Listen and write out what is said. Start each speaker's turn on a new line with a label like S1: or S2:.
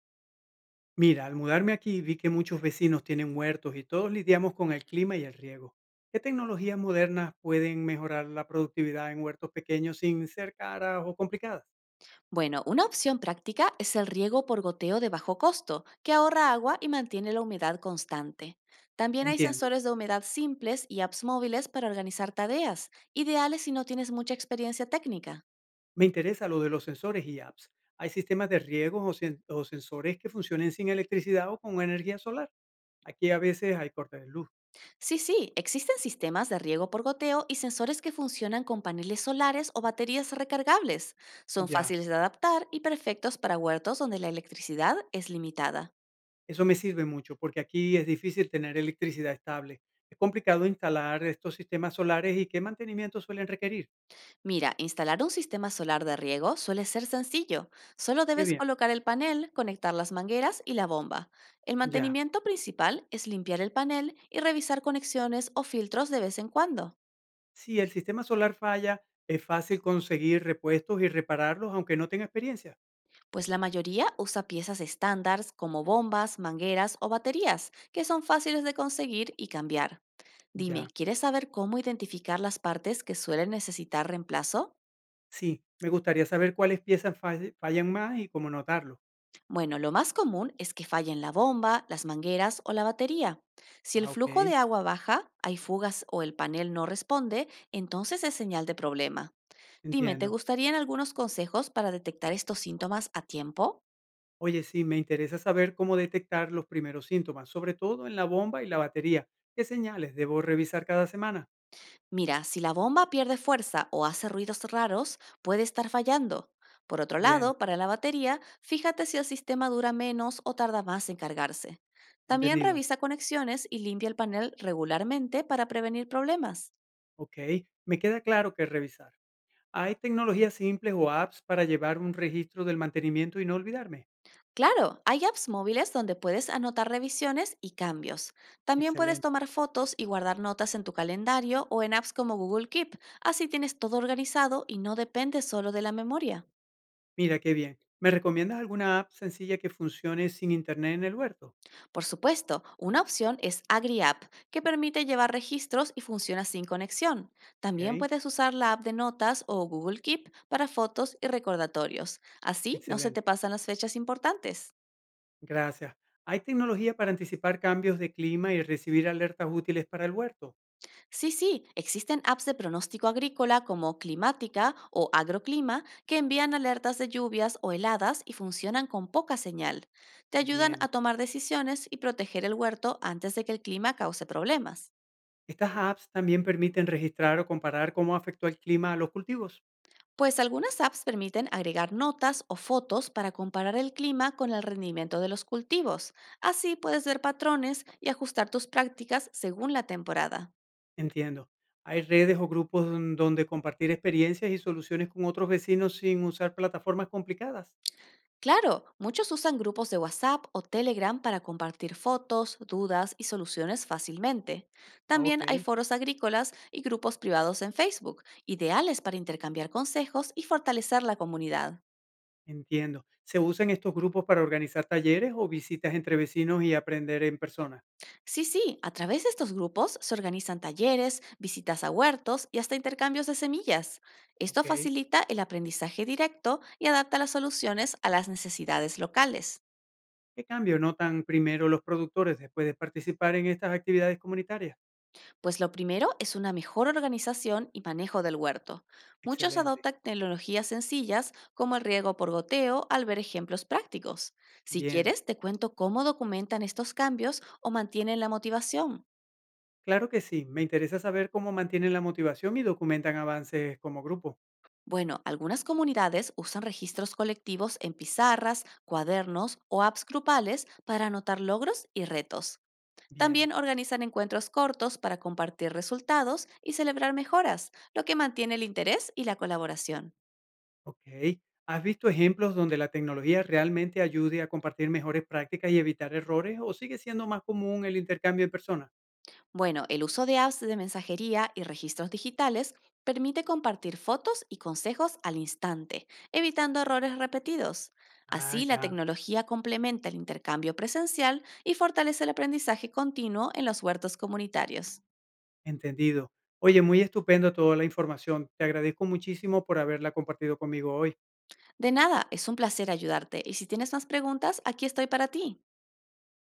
S1: Mira, al mudarme aquí vi que muchos vecinos tienen huertos y todos lidiamos con el clima y el riego. ¿Qué tecnologías modernas pueden mejorar la productividad en huertos pequeños sin ser caras o complicadas?
S2: Bueno, una opción práctica es el riego por goteo de bajo costo, que ahorra agua y mantiene la humedad constante. También hay
S1: Entiendo.
S2: sensores de humedad simples y apps móviles para organizar tareas, ideales si no tienes mucha experiencia técnica.
S1: Me interesa lo de los sensores y apps. ¿Hay sistemas de riego o sensores que funcionen sin electricidad o con energía solar? Aquí a veces hay cortes de luz.
S2: Sí, sí, existen sistemas de riego por goteo y sensores que funcionan con paneles solares o baterías recargables. Son
S1: Ya,
S2: fáciles de adaptar y perfectos para huertos donde la electricidad es limitada.
S1: eso me sirve mucho porque aquí es difícil tener electricidad estable. Es complicado instalar estos sistemas solares y qué mantenimiento suelen requerir.
S2: Mira, instalar un sistema solar de riego suele ser sencillo. Solo
S1: Qué
S2: debes
S1: bien,
S2: colocar el panel, conectar las mangueras y la bomba. El
S1: ya.
S2: mantenimiento principal es limpiar el panel y revisar conexiones o filtros de vez en cuando,
S1: Si el sistema solar falla, es fácil conseguir repuestos y repararlos aunque no tenga experiencia.
S2: pues la mayoría usa piezas estándar como bombas, mangueras o baterías, que son fáciles de conseguir y cambiar. Dime,
S1: Ya,
S2: ¿quieres saber cómo identificar las partes que suelen necesitar reemplazo?
S1: sí, me gustaría saber cuáles piezas fallan más y cómo notarlo.
S2: Bueno, lo más común es que fallen la bomba, las mangueras o la batería. Si el
S1: Ah,
S2: flujo
S1: ok,
S2: de agua baja, hay fugas o el panel no responde, entonces es señal de problema. Dime, ¿te
S1: entiendo.
S2: gustarían algunos consejos para detectar estos síntomas a tiempo?
S1: Oye, sí, me interesa saber cómo detectar los primeros síntomas, sobre todo en la bomba y la batería. ¿Qué señales debo revisar cada semana?
S2: Mira, si la bomba pierde fuerza o hace ruidos raros, puede estar fallando. Por otro
S1: Bien,
S2: lado, para la batería, fíjate si el sistema dura menos o tarda más en cargarse. También
S1: entendido.
S2: revisa conexiones y limpia el panel regularmente para prevenir problemas.
S1: Ok, me queda claro que revisar. ¿Hay tecnologías simples o apps para llevar un registro del mantenimiento y no olvidarme?
S2: Claro, hay apps móviles donde puedes anotar revisiones y cambios. También puedes
S1: Excelente.
S2: tomar fotos y guardar notas en tu calendario o en apps como Google Keep. Así tienes todo organizado y no depende solo de la memoria.
S1: Mira, qué bien. ¿Me recomiendas alguna app sencilla que funcione sin internet en el huerto?
S2: Por supuesto, una opción es AgriApp, que permite llevar registros y funciona sin conexión. También
S1: Ok,
S2: puedes usar la app de notas o Google Keep para fotos y recordatorios. Así no se te
S1: excelente.
S2: pasan las fechas importantes.
S1: Gracias. ¿Hay tecnología para anticipar cambios de clima y recibir alertas útiles para el huerto?
S2: Sí, sí, existen apps de pronóstico agrícola como Climática o Agroclima que envían alertas de lluvias o heladas y funcionan con poca señal. Te ayudan a
S1: Bien.
S2: tomar decisiones y proteger el huerto antes de que el clima cause problemas.
S1: Estas apps también permiten registrar o comparar cómo afectó el clima a los cultivos.
S2: Pues algunas apps permiten agregar notas o fotos para comparar el clima con el rendimiento de los cultivos. Así puedes ver patrones y ajustar tus prácticas según la temporada.
S1: Entiendo. ¿Hay redes o grupos donde compartir experiencias y soluciones con otros vecinos sin usar plataformas complicadas?
S2: Claro, muchos usan grupos de WhatsApp o Telegram para compartir fotos, dudas y soluciones fácilmente.
S1: Ah,
S2: También hay
S1: ok,
S2: foros agrícolas y grupos privados en Facebook, ideales para intercambiar consejos y fortalecer la comunidad.
S1: entiendo. ¿Se usan estos grupos para organizar talleres o visitas entre vecinos y aprender en persona?
S2: Sí, sí, a través de estos grupos se organizan talleres, visitas a huertos y hasta intercambios de semillas. Esto
S1: Ok.
S2: facilita el aprendizaje directo y adapta las soluciones a las necesidades locales.
S1: ¿Qué cambio notan primero los productores después de participar en estas actividades comunitarias?
S2: Pues lo primero es una mejor organización y manejo del huerto. Muchos
S1: Excelente.
S2: adoptan tecnologías sencillas como el riego por goteo al ver ejemplos prácticos. Si
S1: Bien.
S2: quieres, te cuento cómo documentan estos cambios o mantienen la motivación.
S1: Claro que sí. Me interesa saber cómo mantienen la motivación y documentan avances como grupo.
S2: Bueno, algunas comunidades usan registros colectivos en pizarras, cuadernos o apps grupales para anotar logros y retos.
S1: Bien.
S2: También organizan encuentros cortos para compartir resultados y celebrar mejoras, lo que mantiene el interés y la colaboración.
S1: Ok. ¿Has visto ejemplos donde la tecnología realmente ayude a compartir mejores prácticas y evitar errores o sigue siendo más común el intercambio en persona?
S2: Bueno, el uso de apps de mensajería y registros digitales permite compartir fotos y consejos al instante, evitando errores repetidos.
S1: Ah,
S2: Así, la
S1: ya.
S2: tecnología complementa el intercambio presencial y fortalece el aprendizaje continuo en los huertos comunitarios.
S1: Entendido. Oye, muy estupendo toda la información. Te agradezco muchísimo por haberla compartido conmigo hoy.
S2: De nada, es un placer ayudarte y si tienes más preguntas, aquí estoy para ti.